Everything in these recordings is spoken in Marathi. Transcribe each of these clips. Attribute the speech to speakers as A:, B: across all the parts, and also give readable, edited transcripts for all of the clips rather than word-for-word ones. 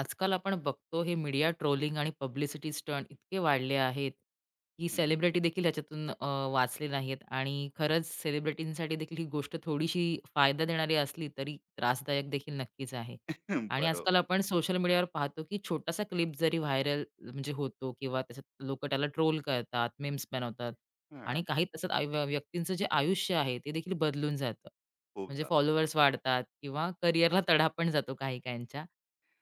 A: आजकाल आपण बघतो हे मीडिया ट्रोलिंग आणि पब्लिसिटी स्टंट इतके वाढले आहेत की
B: हं.
A: सेलिब्रिटी देखील ह्याच्यातून वाचले नाहीत आणि खरंच सेलिब्रिटींसाठी देखील ही गोष्ट थोडीशी फायदा देणारी असली तरी त्रासदायक देखील नक्कीच आहे आणि
B: बरोबर.
A: आजकाल आपण सोशल मीडियावर पाहतो की छोटासा क्लिप जरी व्हायरल म्हणजे होतो किंवा त्याच्यात लोक त्याला ट्रोल करतात मेम्स बनवतात आणि
B: हां,
A: काही तसंच व्यक्तींचं जे आयुष्य आहे ते देखील बदलून जातं
B: खूप
A: म्हणजे
B: जास्त
A: फॉलोअर्स वाढतात किंवा करिअरला तडा पण जातो काही काहींच्या.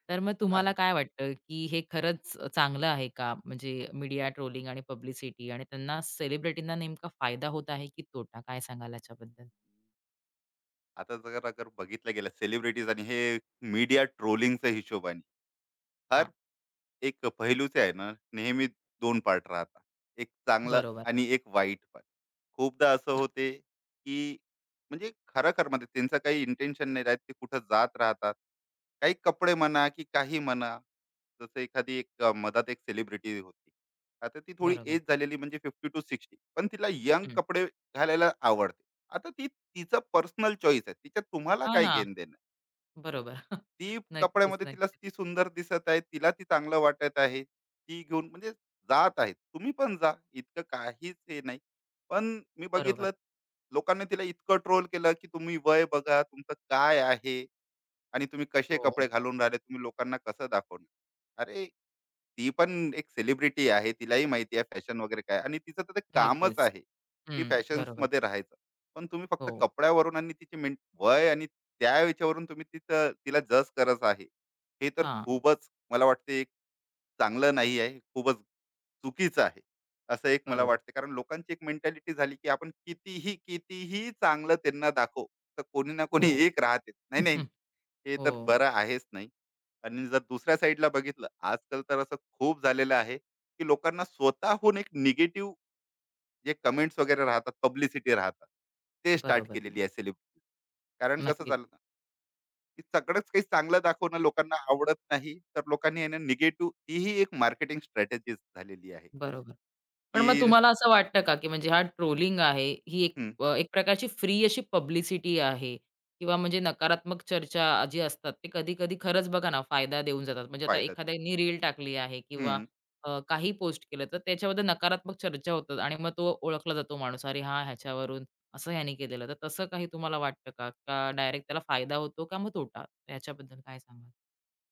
A: तर मग तुम्हाला
B: आहे.
A: काय वाटतं, की हे खरंच चांगलं आहे का? म्हणजे मीडिया ट्रोलिंग आणि पब्लिसिटी आणि त्यांना सेलिब्रिटींना नेमका फायदा होत आहे की तोटा? काय सांगाल याच्याबद्दल?
B: आता जर अगर बघितलं गेलं सेलिब्रिटीज आणि हे मीडिया ट्रोलिंगच्या हिशोबाने, हर
A: हां,
B: एक पहिलूचे आहे ना, नेहमी दोन पार्ट राहतात. एक चांगलं
A: बरोबर.
B: आणि एक वाईट पण. खूपदा असं होते, की म्हणजे खरखरमध्ये त्यांचं काही इंटेन्शन नाही राहत. ते कुठं जात राहतात. काही कपडे म्हणा, की काही म्हणा. जसं एखादी एक मधात एक सेलिब्रिटी होती. आता ती थोडी
A: बरोबर.
B: एज झालेली म्हणजे 50-60, पण तिला यंग
A: हं.
B: कपडे घालायला आवडते. आता ती तिचा पर्सनल चॉईस आहे. तिच्यात तुम्हाला
A: हां
B: काय
A: ना.
B: घेणं,
A: बरोबर.
B: ती
A: नक्कीच,
B: कपड्यामध्ये तिला
A: नक्कीच.
B: ती सुंदर दिसत आहे, तिला ती चांगलं वाटत आहे. ती घेऊन म्हणजे जात आहे. तुम्ही पण जा. इतकं काहीच हे नाही. पण मी
A: बरोबर.
B: बघितलं लोकांनी तिला इतकं ट्रोल केलं, की तुम्ही वय बघा, तुमचं काय आहे आणि तुम्ही कसे
A: हो.
B: कपडे घालून राहिले, तुम्ही लोकांना कसं दाखवणार? अरे, ती पण एक सेलिब्रिटी आहे. तिलाही माहिती आहे फॅशन वगैरे काय आणि तिचं तर ते कामच
A: नक्कीच.
B: आहे, की
A: हं. बरोबर.
B: फॅशन्समध्ये राहायचं. पण तुम्ही फक्त
A: हो.
B: कपड्यावरून आणि तिची मेन वय आणि त्या याच्यावरून तुम्ही तिचं तिला जज करत आहे. हे तर
A: हां.
B: खूपच मला वाटते एक चांगलं नाही आहे. खूपच चुकीचं आहे. असं एक मला
A: बरोबर.
B: वाटते. कारण लोकांची एक मेंटॅलिटी झाली, की आपण कितीही, कितीही चांगलं त्यांना दाखवू, तर कोणी ना कोणी
A: हो.
B: एक राहतेच. नाही, नाही. ते तर
A: हो.
B: बरं आहेच नाही. आणि जर दुसऱ्या साईडला बघितलं, आजकाल तर असं खूप झालेलं आहे, की लोकांना स्वतःहून एक निगेटिव्ह जे कमेंट्स वगैरे राहतात, पब्लिसिटी राहतात, ते स्टार्ट
A: बरोबर.
B: केलेली आहे सेलिब्रिटी. कारण कसं
A: नक्कीच.
B: झालं ना, की सगळंच काही चांगलं दाखवणं लोकांना आवडत नाही, तर लोकांनी आहे ना निगेटिव्ह तीही एक मार्केटिंग स्ट्रॅटेजी झालेली आहे,
A: बरोबर. पण
B: की
A: मग
B: हं.
A: तुम्हाला असं वाटतं का, की म्हणजे हा ट्रोलिंग आहे, ही एक
B: हं,
A: एक प्रकारची फ्री अशी पब्लिसिटी आहे किंवा म्हणजे नकारात्मक चर्चा जी असतात, ते कधी-कधी खरंच बघा ना, फायदा देऊन जातात. म्हणजे आता
B: फायदा
A: एखाद्यानी रील टाकली आहे किंवा
B: हं,
A: काही पोस्ट केलं, तर त्याच्याबद्दल नकारात्मक चर्चा होतात आणि मग तो ओळखला जातो माणूस, "अरे हां, ह्याच्यावरून असं ह्याने केलेलं." तर तसं काही तुम्हाला वाटतं का? का डायरेक्ट त्याला फायदा होतो का मग तोटा? ह्याच्याबद्दल काय सांगाल?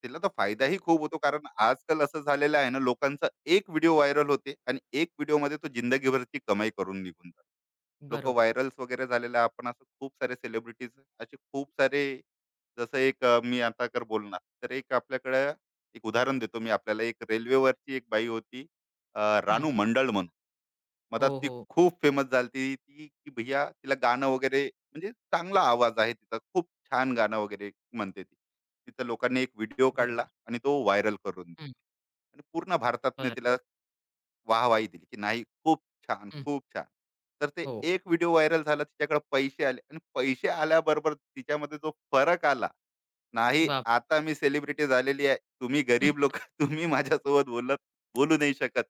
B: त्याला तर फायदाही खूप होतो. कारण आजकाल असं झालेलं आहे ना, लोकांचा एक व्हिडिओ व्हायरल होते आणि एक व्हिडिओमध्ये तो जिंदगीभरची कमाई करून निघून जातो. लोक
A: बरोबर.
B: व्हायरल वगैरे झालेले आपण असं खूप सारे सेलिब्रिटीज असे खूप सारे जसं एक मी आता कर बोलणार तर एक आपल्याकडे एक उदाहरण देतो मी आपल्याला एक रेल्वेवरची एक बाई होती, अ,
A: हं.
B: रानू मंडळ म्हणून. मधात
A: हो,
B: ती
A: हो.
B: खूप फेमस झालती ती की भैया तिला गाणं वगैरे म्हणजे चांगला आवाज आहे तिचा, खूप छान गाणं वगैरे म्हणते ती. तिचा लोकांनी एक व्हिडिओ काढला
A: बरोबर.
B: आणि तो व्हायरल करून दिला
A: हं.
B: आणि पूर्ण भारतातनं
A: बरं.
B: तिला वाहवाही दिली की नाही खूप छान,
A: हं.
B: खूप छान. तर ते
A: हो.
B: एक व्हिडिओ व्हायरल झाला, तिच्याकडे पैसे आले आणि पैसे आल्याबरोबर तिच्यामध्ये जो फरक आला, नाही
A: बाप
B: आता मी सेलिब्रिटी झालेली आहे, तुम्ही
A: हं.
B: गरीब लोक तुम्ही माझ्यासोबत बोलत बोलू नाही शकत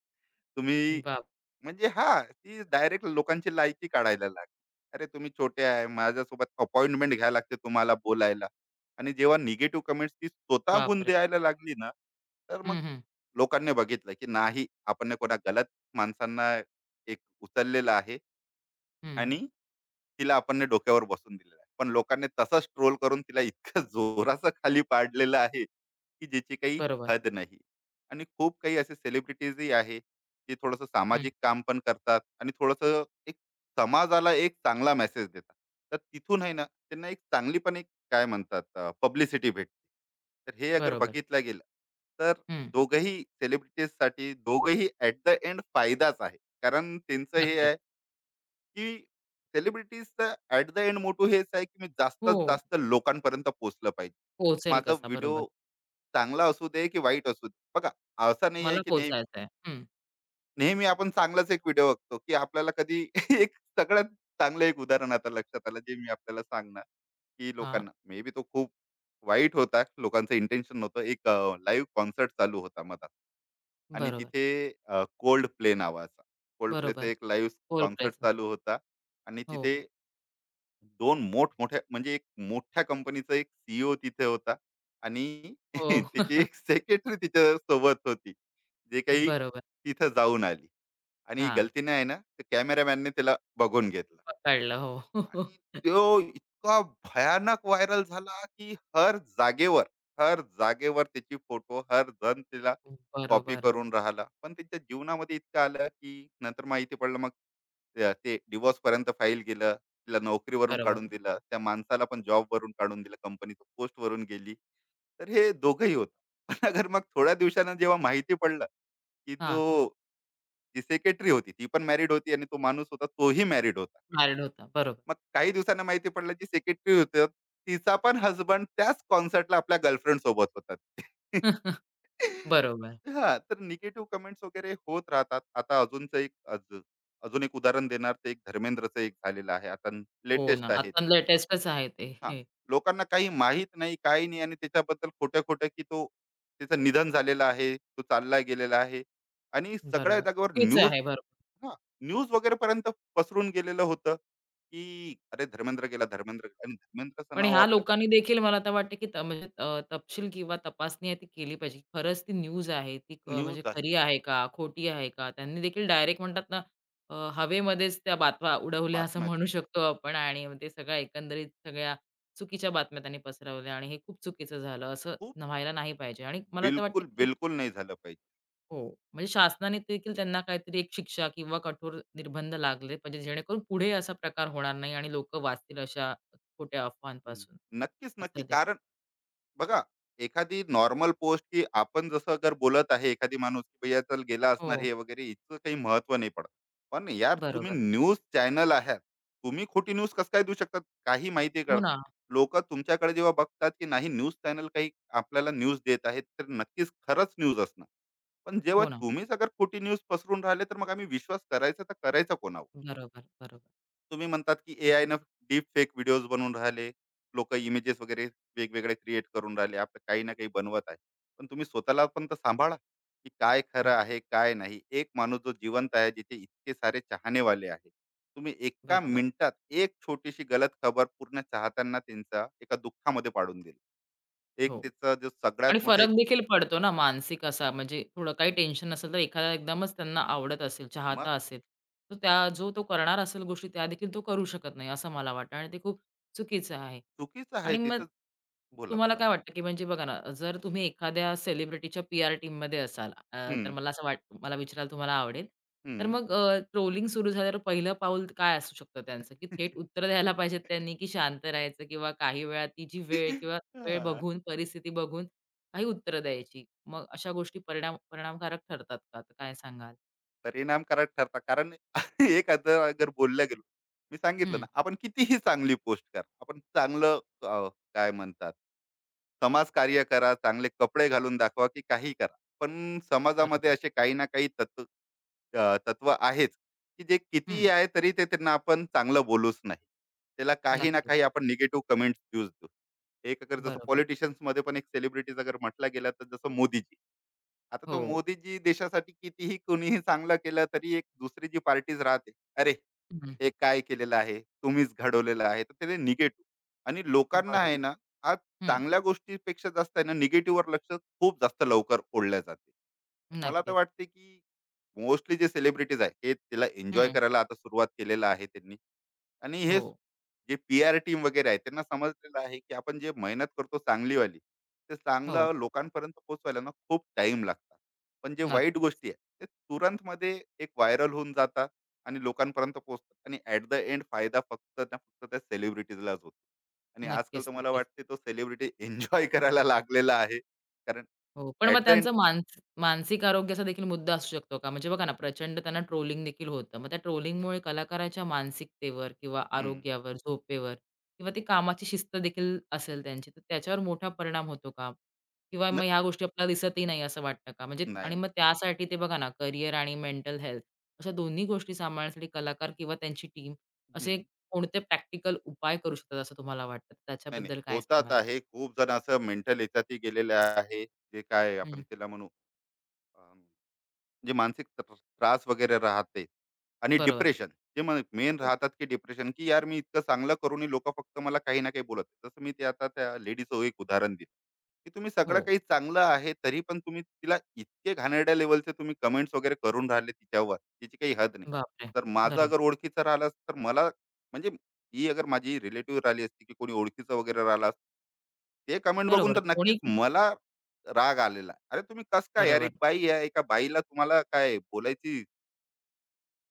B: तुम्ही.
A: बाप
B: म्हणजे हा, ती डायरेक्ट लोकांची लायकी काढायला लागली. अरे तुम्ही छोटे आहे, माझ्यासोबत अपॉइंटमेंट घ्यायला लागते तुम्हाला बोलायला. आणि जेव्हा निगेटिव्ह कमेंट्स ती स्वतःहून
A: बापरे!
B: द्यायला लागली ना, तर मग
A: हं, हं,
B: लोकांनी बघितलं, की नाही आपण कोणा गलत माणसांना एक उचललेलं आहे
A: हं.
B: आणि तिला आपण डोक्यावर बसून दिलेलं आहे. पण लोकांनी तसाच ट्रोल करून तिला इतकं जोराचं खाली पाडलेलं आहे, की ज्याची काही
A: बरोबर.
B: हद नाही. आणि खूप काही असे सेलिब्रिटीजही आहे, जे थोडंसं
A: हं,
B: सामाजिक काम पण करतात आणि थोडंसं एक समाजाला एक चांगला मेसेज देतात. तर तिथून आहे ना, त्यांना एक चांगली पण एक काय म्हणतात पब्लिसिटी भेटते. तर हे अगर
A: बरोबर.
B: बघितलं गेलं, तर
A: हं,
B: दोघंही सेलिब्रिटीजसाठी दोघंही ॲट द एंड फायदाच आहे. कारण त्यांचं हे
A: नक्कीच.
B: आहे की सेलिब्रिटीजचं ऍट द एंड मोटो हेच आहे की मी जास्तीत
A: हो,
B: जास्त लोकांपर्यंत पोहोचलं पाहिजे.
A: पोहोचेल
B: माझा
A: कसा? बरोबर.
B: व्हिडिओ चांगला असू दे की वाईट असू दे. बघा, असं नाही आहे
A: मला
B: की नाही
A: पोहोचायचंय. हं,
B: नेहमी आपण चांगलाच एक व्हिडिओ बघतो, की आपल्याला कधी एक सगळ्यात चांगलं एक उदाहरण आता लक्षात आलं, जे मी आपल्याला सांगणार, की
A: हां,
B: लोकांना मे बी तो खूप वाईट होता. लोकांचं इंटेन्शन नव्हतं. एक लाईव्ह कॉन्सर्ट चालू होता मधात आणि
A: बरोबर,
B: तिथे Coldplay नावाचा. Coldplayचा
A: बरोबर.
B: एक लाईव्ह
A: पोल
B: कॉन्सर्ट
A: प्लेचं.
B: चालू होता आणि
A: हो,
B: तिथे 2 मोठमोठ्या म्हणजे एक मोठ्या कंपनीचा एक सी तिथे होता आणि
A: हो.
B: त्याची एक सेक्रेटरी तिच्यासोबत होती, जे काही
A: बरोबर.
B: तिथं जाऊन आली. आणि
A: हां,
B: गलतीने आहे ना ते कॅमेरामॅनने त्याला बघून घेतलं
A: पकडलं. हो.
B: आणि तो इतका भयानक व्हायरल झाला की हर जागेवर त्याची फोटो हर जण तिला कॉपी
A: बरोबर,
B: करून राहिला, पण त्याच्या जीवनामध्ये इतकं आलं की नंतर माहिती पडलं मग ते डिवोर्स पर्यंत फाईल गेलं, तिला नोकरीवरून
A: बरोबर.
B: काढून दिलं, त्या माणसाला पण जॉब वरून काढून दिलं, कंपनीचं पोस्ट वरून गेली. तर हे दोघंही होतं. पण अगर मग थोड्या दिवसानं जेव्हा माहिती पडलं की
A: हां,
B: जो जी सेक्रेटरी होती ती पण मॅरिड होती आणि तो माणूस होता तोही मॅरिड होता.
A: हार्ड होता. बरोबर.
B: मग काही दिवसांनी माहिती पडलं जी सेक्रेटरी होती तिचा पण हसबंड त्याच कॉन्सर्टला आपल्या गर्लफ्रेंड सोबत होता.
A: बरोबर.
B: हां, तर निगेटिव्ह कमेंट्स वगैरे होत राहतात. आता अजूनच एक अजून एक उदाहरण देणार ते एक धर्मेंद्रचं एक झालेलं आहे. आता
A: हो ना.
B: लेटेस्ट आहे
A: आता
B: ते.
A: लेटेस्टच आहे ते.
B: हां,
A: हे,
B: लोकांना काही माहीत नाही, काही नाही आणि त्याच्याबद्दल खोटं-खोटं की तो त्याचं निधन झालेलं आहे, तो चालला गेलेला आहे आणि सगळ्या
A: बरोबर.
B: जागेवर
A: हेच
B: न्यूज,
A: आहे. बरोबर.
B: हा न्यूज वगैरे पर्यंत पसरून गेलेलं होतं की अरे धर्मेंद्र गेला, धर्मेंद्र गेला. आणि धर्मेंद्रचं
A: पण
B: नाव
A: ह्या
B: आपल्या
A: लोकांनी देखील मला तर वाटतं, की म्हणजे तपशील किंवा तपासणी आहे ती केली पाहिजे. खरंच ती न्यूज आहे ती
B: न्यूज
A: म्हणजे
B: आहे,
A: खरी आहे का? खोटी आहे का? त्यांनी देखील डायरेक्ट म्हणतात ना, हवेमध्येच त्या बातम्या उडवल्या असं
B: बातम्या आहेत.
A: म्हणू शकतो आपण आणि मग ते सगळ्या एकंदरीत सगळ्या चुकीच्या बातम्या त्यांनी पसरवल्या आणि हे खूप चुकीचं झालं. असं
B: खूप
A: न व्हायला नाही पाहिजे आणि मला तर वाटतं,
B: बिलकुल,
A: की
B: बिलकुल नाही झालं पाहिजे.
A: हो, म्हणजे शासनाने देखील त्यांना काहीतरी एक शिक्षा किंवा कठोर निर्बंध लागले पाहिजे, जेणेकरून पुढे असा प्रकार होणार नाही आणि लोकं वाचतील अशा खोट्या
B: हम्म.
A: अफवांपासून.
B: नक्कीच,
A: असं
B: नक्की.
A: देखील.
B: कारण बघा एखादी नॉर्मल पोस्ट की आपण जसं जर बोलत आहे एखादी माणूस की भैया चल गेला असणार
A: हो,
B: हे वगैरे इतकं काही महत्व नाही पडत. पण यार तुम्ही
A: बरोबर.
B: न्यूज चॅनल आहात, तुम्ही खोटी न्यूज कसं काय देऊ शकतात, काही माहिती
A: हो
B: करतात?
A: ना,
B: लोक तुमच्याकडे जेव्हा बघतात की नाही न्यूज चॅनल काही आपल्याला न्यूज देत आहेत तर नक्कीच खरंच न्यूज असणार. पण जेव्हा
A: हो ना.
B: तुम्हीच अगर खोटी न्यूज पसरून राहिले तर मग आम्ही विश्वास करायचा तर करायचा कोणावर?
A: बरोबर, बरोबर.
B: तुम्ही म्हणतात की एआय न
A: नक्कीच.
B: डीप फेक व्हिडिओज बनवून राहिले लोक, इमेजेस वगैरे वेगवेगळे क्रिएट करून राहिले, आपलं काही ना काही बनवत आहे. पण तुम्ही स्वतःला पण तर सांभाळा की काय खरं
A: हो,
B: आहे काय नाही. एक माणूस जो जिवंत आहे, जिथे इतके सारे चाहनेवाले आहे, तुम्ही एका
A: बरोबर.
B: मिनिटात एक छोटीशी गलत खबर पूर्ण चाहत्यांना त्यांचा एका दुःखामध्ये पाडून दिला. एक
A: हो
B: त्याचं जो सगळ्यात
A: आणि
B: मोठे
A: फरक देखील पडतो ना मानसिक असा म्हणजे थोडं काही टेन्शन नसेल तर एखादा एकदमच त्यांना आवडत असेल,
B: मग
A: चाहता असेल, तर त्या जो तो करणार असेल गोष्टी त्या देखील तो करू शकत नाही असं मला वाटतं आणि ते खूप चुकीचं आहे.
B: चुकीचं आहे
A: आणि मग
B: तिचं. बोला
A: तुम्हाला
B: बोला
A: काय वाटतं, की म्हणजे बघा ना, जर तुम्ही एखाद्या सेलिब्रिटीच्या पी-आर टीममध्ये असाल, तर
B: हम्म
A: मला असं वाट मला विचारायला तुम्हाला आवडेल. तर
B: हम्म
A: मग ट्रोलिंग सुरू झाल्यावर पहिलं पाऊल काय असू शकतं त्यांचं, की थेट उत्तर द्यायला पाहिजेत त्यांनी, की शांत राहायचं किंवा काही वेळा तिची वेळ किंवा वेळ
B: हा.
A: बघून, परिस्थिती बघून काही उत्तरं द्यायची. मग अशा गोष्टी परिणामकारक ठरतात का? तर काय सांगाल?
B: परिणामकारक ठरतात. कारण एखादं अगर बोलल्या गेलो, मी सांगितलं
A: हं,
B: ना, आपण कितीही चांगली पोस्ट करा. आपण चांगलं काय म्हणतात, समाजकार्य करा, चांगले कपडे घालून दाखवा, की काहीही करा. पण समाजामध्ये
A: बरोबर.
B: असे काही ना काही तत्व, तत्व आहेच, की जे कितीही
A: हं,
B: आहे तरी ते त्यांना आपण चांगलं बोलूच नाही. त्याला काही ना
A: नक्कीच.
B: काही आपण निगेटिव्ह कमेंट्स देऊच देऊ. एक अगर जसं
A: बरोबर.
B: पॉलिटिशियन्समध्ये पण एक सेलिब्रिटीज अगर म्हटला गेला, तर जसं मोदीजी. आता
A: हो.
B: तो मोदीजी देशासाठी कितीही कुणीही चांगलं केलं तरी एक दुसरी जी पार्टीज राहते अरे
A: हं,
B: हे काय केलेलं आहे तुम्हीच घडवलेलं आहे तर ते निगेटिव्ह. आणि लोकांना आहे
A: बरोबर.
B: ना आज
A: हं,
B: चांगल्या गोष्टीपेक्षा जास्त आहे ना निगेटिव्हवर लक्ष खूप जास्त लवकर ओढलं जाते. तर मला तर
A: नक्कीच.
B: वाटते की मोस्टली जे सेलिब्रिटीज आहे हे त्याला एन्जॉय
A: हं,
B: करायला आता सुरुवात केलेलं आहे त्यांनी. आणि हे
A: हो.
B: जे पी आर टीम वगैरे आहे त्यांना समजलेलं आहे की आपण जे मेहनत करतो चांगलीवाली ते
A: हो.
B: चांगलं लोकांपर्यंत पोहोचवायला ना खूप टाइम लागतात. पण जे वाईट
A: नक्की.
B: गोष्टी आहे ते तुरंत मध्ये एक व्हायरल होऊन जातात आणि लोकांपर्यंत पोहोचतात आणि ऍट द एंड फायदा फक्त त्या सेलिब्रिटीजलाच होतो. आणि आजकाल
A: नक्कीच,
B: तर मला
A: नक्कीच.
B: वाटते तो सेलिब्रिटी एन्जॉय करायला लागलेला आहे. कारण
A: हो. पण मग
B: ऍट द एंड
A: त्यांचं मानसिक आरोग्याचा देखील मुद्दा असू शकतो का? म्हणजे बघा ना, प्रचंड त्यांना ट्रोलिंग देखील होतं. मग त्या ट्रोलिंगमुळे कलाकाराच्या मानसिकतेवर किंवा आरोग्यावर, झोपेवर किंवा ती कामाची शिस्त देखील असेल त्यांची, तर त्याच्यावर मोठा परिणाम होतो का? किंवा मग
B: नक्की
A: ह्या गोष्टी आपल्याला दिसतही नाही असं वाटतं का? म्हणजे
B: नाही
A: आणि
B: नाही
A: मग त्यासाठी ते बघा ना, करिअर आणि मेंटल हेल्थ अशा दोन्ही गोष्टी सांभाळण्यासाठी कलाकार किंवा त्यांची टीम असे कोणते प्रॅक्टिकल उपाय करू शकतात असं तुम्हाला वाटतं?
B: नाही, नाही.
A: त्याच्याबद्दल काय
B: होतात
A: सांगाल?
B: आहे. खूप जण असं मेंटल याच्यातही गेलेले आहे. जे काय आपण त्याला म्हणू, अ, जे मानसिक त्रास वगैरे राहते आणि
A: बरोबर.
B: डिप्रेशन जे मग मेन
A: हो.
B: राहतात की डिप्रेशन की यार मी इतकं चांगलं करूनही लोकं फक्त मला काही ना काही बोलत आहेत. जसं मी ते आता त्या लेडीचं एक उदाहरण दिलं, की तुम्ही
A: हो.
B: सगळं काही चांगलं आहे, तरी पण तुम्ही तिला इतके घाणेरड्या लेव्हलचे तुम्ही कमेंट्स वगैरे करून राहिले तिच्यावर, तिची काही हद नाही.
A: बापरे!
B: तर माझं
A: बरोबर.
B: अगर ओळखीचं राहिलं असतं तर मला म्हणजे ही अगर माझी रिलेटिव्ह राहिली असती की कोणी ओळखीचं वगैरे राहिला, ते कमेंट बघून
A: बरोबर.
B: तर नक्कीच
A: कोणी
B: मला राग आलेला आहे. अरे तुम्ही कसं काय यार,
A: बरोबर.
B: एक बाई आहे, एका बाईला तुम्हाला काय बोलायची,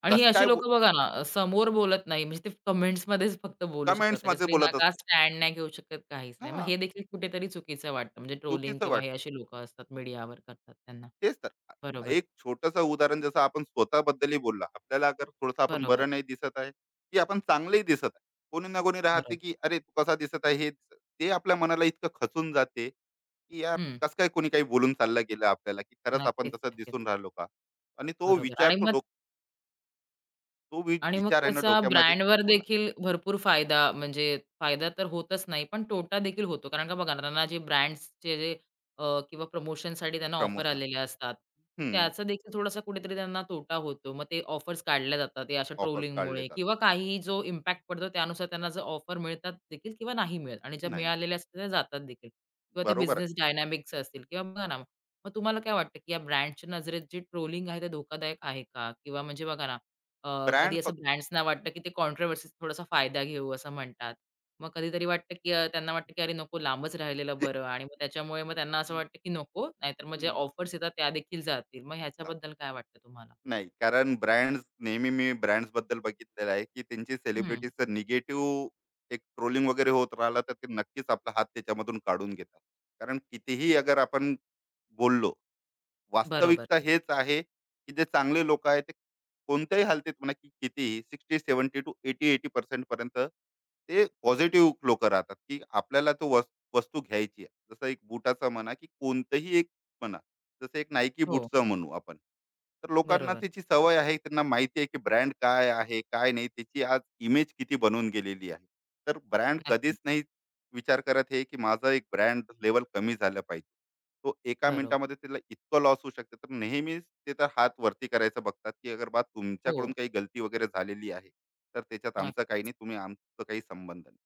A: आणि ही
B: कसं
A: अशी
B: काय
A: लोकं बघा ना, समोर बोलत नाही. म्हणजे ते कमेंट्समध्येच फक्त बोलू शकतात.
B: कमेंट्स मध्ये
A: त्याच्यासाठी ना
B: बोलत
A: का
B: असताय?
A: स्टँड नाही घेऊ शकत, काहीच नाही.
B: हा
A: मग हे देखील कुठेतरी चुकीचं वाटतं. म्हणजे ट्रोलिंग
B: चुकीचं
A: किंवा
B: वाट
A: हे अशी लोकं असतात मीडियावर करतात त्यांना.
B: तेच तर
A: बरोबर.
B: एक छोटस उदाहरण जसं आपण स्वतःबद्दलही बोललो आपल्याला अगर थोडस आपण
A: बरोबर.
B: बरं नाही दिसत आहे की आपण चांगलंही दिसत आहे, कोणी ना कोणी राहते
A: बरोबर.
B: की अरे तू कसा दिसत आहे, हे दिसत, ते आपल्या मनाला इतकं खचून जाते की यार
A: हं.
B: कसं काय कोणी काही बोलून चाललं गेलं आपल्याला की खरंच आपण
A: नक्कीच,
B: तसं
A: नक्कीच.
B: दिसून राहिलो का. आणि तो
A: बरोबर
B: विचार तो तो वि-
A: आणि मग
B: विचार आहे ना
A: त्याचा
B: डोक्यामध्ये.
A: ब्रँडवर
B: बोला
A: देखील भरपूर फायदा म्हणजे फायदा तर होतच नाही, पण तोटा देखील होतो. कारण का बघा ना, त्यांना जे ब्रँड्सचे जे किंवा प्रमोशनसाठी त्यांना ऑफर
B: प्रमोशन
A: आलेल्या असतात,
B: हम्म
A: त्याचा देखील थोडासा कुठेतरी त्यांना तोटा होतो. मग ते ऑफर्स काढल्या जातात या अशा
B: ऑफर्स काढले
A: ट्रोलिंगमुळे
B: जातात
A: किंवा काहीही जो इम्पॅक्ट पडतो त्यानुसार त्यांना जर ऑफर मिळतात देखील किंवा नाही मिळत आणि ज्या
B: नाही
A: मिळालेल्या असतात त्या जातात देखील किंवा ते
B: बरोबर
A: बिझनेस
B: आहे
A: डायनामिक्स असतील किंवा बघा ना, मग तुम्हाला काय वाटतं, की या ब्रँडच्या नजरेत जे ट्रोलिंग आहे ते धोकादायक आहे का? किंवा म्हणजे बघा ना, कधी
B: ब्रँड
A: असं
B: फक्त
A: ब्रँड्सना वाटतं, की ते कॉन्ट्रोव्हर्सी थोडासा फायदा घेऊ असं म्हणतात. मग कधीतरी वाटतं, की त्यांना वाटतं, की अरे नको लांबच राहिलेलं बरं आणि मग त्याच्यामुळे मग त्यांना असं
B: हम्म,
A: वाटतं, की नको नाहीतर मग ज्या
B: हम्म,
A: ऑफर्स येतात त्या देखील जातील. मग
B: चालेल.
A: ह्याच्याबद्दल काय वाटतं तुम्हाला?
B: नाही, कारण ब्रँड नेहमी, मी ब्रँड बद्दल बघितलेलं आहे की त्यांची
A: हं,
B: सेलिब्रिटीचं निगेटिव्ह एक ट्रोलिंग वगैरे होत राहिला तर ते नक्कीच आपला हात त्याच्यामधून काढून घेतात. कारण कितीही अगर आपण बोललो,
A: बरोबर.
B: वास्तविकता हेच आहे, की जे चांगले लोक आहेत ते कोणत्याही हालतीत म्हणा की कितीही 60-70 टू 80-80% पर्यंत ते पॉझिटिव्ह लोक राहतात, की आपल्याला तो वस्तू घ्यायची आहे. जसं एक बुटाचा म्हणा की कोणतंही एक म्हणा, जसं एक Nike
A: हो,
B: बूटचं म्हणू आपण. तर लोकांना
A: बरोबर.
B: त्याची सवय आहे, त्यांना माहिती आहे की ब्रँड काय आहे, काय नाही, त्याची आज इमेज किती बनवून गेलेली आहे. तर ब्रँड
A: नक्कीच.
B: कधीच नाही विचार करत हे, की माझा एक ब्रँड लेव्हल कमी झालं पाहिजे. तो एका
A: बरोबर.
B: मिनिटामध्ये त्याला इतकं लॉस होऊ शकते, तर नेहमीच ते तर हात वरती करायचं बघतात, की अगर बा तुमच्याकडून
A: हो,
B: काही गलती वगैरे झालेली आहे, तर त्याच्यात आमचा काही
A: नक्कीच.
B: नाही, तुम्ही आमचं काही संबंध नाही.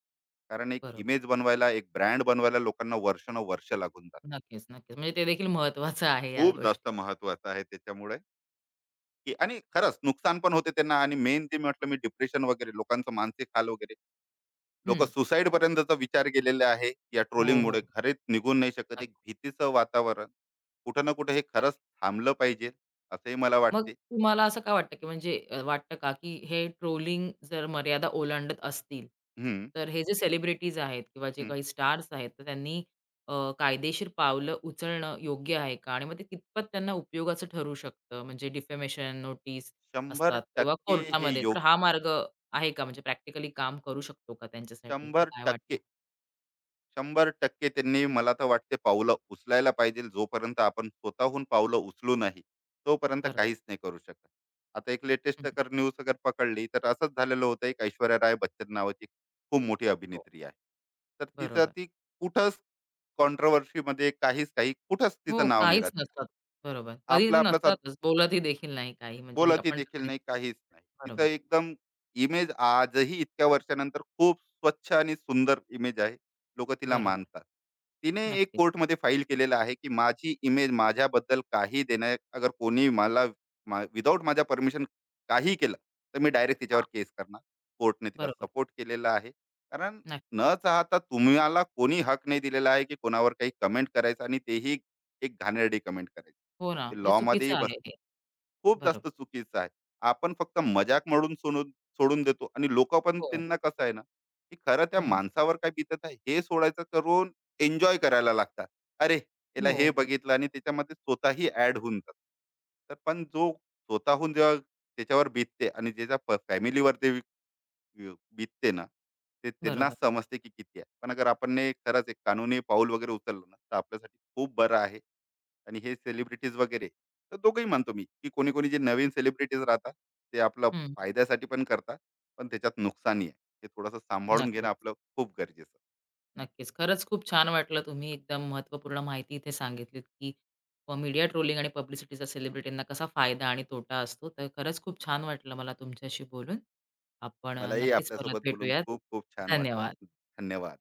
B: कारण एक
A: बरोबर.
B: इमेज बनवायला, एक ब्रँड बनवायला लोकांना वर्षानुवर्ष लागून जातात.
A: नक्कीच, नक्कीच. म्हणजे ते देखील महत्त्वाचं आहे या
B: खूप जास्त
A: गोष्टी.
B: महत्त्वाचं आहे त्याच्यामुळे, की आणि खरंच नुकसान पण होते त्यांना. आणि मेन ते म्हटलं मी डिप्रेशन वगैरे लोकांचं मानसिक हाल वगैरे, लोक
A: हं.
B: सुसाईड पर्यंतचा विचार केलेला आहे या
A: हो, हो.
B: ट्रोलिंगमुळे, घरीच निघून नाही शकत, एक
A: नक्की,
B: भीतीचं वातावरण. कुठं ना कुठं हे
A: नक्की.
B: खरंच थांबलं पाहिजे, असंही मला
A: मग
B: वाटते.
A: तुम्हाला असं का वाटतं, की म्हणजे वाटतं का, की हे ट्रोलिंग जर मर्यादा ओलांडत असतील,
B: हम्म,
A: तर हे जे सेलिब्रिटीज आहेत किंवा जे
B: हम्म.
A: काही स्टार्स आहेत, तर त्यांनी कायदेशीर पावलं उचलणं योग्य आहे का? आणि मग ते कितपत त्यांना उपयोगाचं ठरू शकतं? म्हणजे डिफेमेशन नोटीस
B: शंभर
A: असतात किंवा
B: टक्के हे
A: कोर्टामध्ये, तर हा मार्ग आहे का? म्हणजे प्रॅक्टिकली काम करू शकतो का त्यांच्यासाठी? तर
B: शंभर
A: काय वाटतं?
B: टक्के, शंभर टक्के त्यांनी मला तर वाटते पावलं उचलायला पाहिजे. जोपर्यंत आपण स्वतःहून पावलं उचलू नाही तोपर्यंत
A: बरोबर.
B: काहीच नाही करू शकत. आता एक लेटेस्ट
A: हं,
B: अगर न्यूज अगर पकडली तर असंच झालेलं होतं, एक ऐश्वर्या राय बच्चन नावाची खूप मोठी
A: हो,
B: अभिनेत्री आहे, तर तिचं
A: बरोबर.
B: ती कुठं कॉन्ट्रोव्हर्सी मध्ये काहीच, काही कुठंच
A: हो,
B: तिचं नाव नाही
A: काहीच
B: राहत.
A: नसतात. बरोबर. कधी
B: आपलं
A: ते
B: आपलं चालू
A: नसतातच. बोलतही देखील नाही काही म्हणजे मी
B: बोलतही
A: आपण तर
B: देखील
A: कधी-
B: नाही, काहीच नाही, तिचं
A: बरोबर.
B: एकदम इमेज आजही इतक्या वर्षानंतर खूप स्वच्छ आणि सुंदर इमेज आहे, लोक तिला
A: बरोबर.
B: मानतात. तिने एक
A: नक्कीच.
B: कोर्टमध्ये फाईल केलेलं आहे की माझी इमेज, माझ्याबद्दल काही देण्या अगर कोणी मला विदाऊट माझ्या परमिशन काही केलं, तर मी डायरेक्ट तिच्यावर
A: हां,
B: केस करणार. कोर्टने तिला
A: बरोबर.
B: सपोर्ट केलेला आहे. कारण
A: नक्कीच.
B: न चाहता तुम्हाला कोणी हक नाही दिलेला आहे की कोणावर काही कमेंट करायचं आणि तेही एक घाणेरडी कमेंट
A: हो ना,
B: करायची, हे
A: हे चुकीचं
B: लॉमध्येही
A: आहे हे.
B: खूप जास्त
A: बरोबर.
B: चुकीचं आहे. आपण फक्त मजाक म्हणून सोडून सोडून देतो आणि लोकं पण
A: हो.
B: त्यांना कसं आहे ना, की खरं त्या
A: हं.
B: माणसावर काय बितत आहे हे सोडायचं करून एन्जॉय करायला लागतात. अरे, याला
A: हो.
B: हे बघितलं आणि त्याच्यामध्ये स्वतःही ॲड होऊन जातात. तर पण जो स्वतःहून जेव्हा त्याच्यावर बीतते आणि ज्याच्या फॅमिलीवर ते बीतते ना, ते
A: बरोबर.
B: त्यांनाच समजते की किती आहे. पण अगर आपण ने खरंच एक कानूनी पाऊल वगैरे उचललं ना, तर आपल्यासाठी खूप बरं आहे. आणि हे सेलिब्रिटीज वगैरे, तर दोघंही म्हणतो मी की कोणी कोणी जे नवीन सेलिब्रिटीज राहतात ते आपला
A: हं.
B: फायद्यासाठी पण करतात, पण त्याच्यात नुकसानही आहे. हे थोडंसं सांभाळून घेणं
A: नक्कीच,
B: आपलं खूप गरजेचं.
A: नक्कीच. खरंच खूप छान वाटलं तुम्ही एकदम महत्त्वपूर्ण माहिती इथे सांगितलीत, की मीडिया ट्रोलिंग आणि पब्लिसिटीचा सेलिब्रिटींना कसा फायदा आणि तोटा असतो. तर खरंच खूप छान वाटलं मला तुमच्याशी बोलून. आपण
B: मलाही
A: नक्कीच परत
B: आपल्यासोबत बोलून
A: भेटूयात.
B: खूप खूप छान वाटलं.
A: धन्यवाद.
B: धन्यवाद.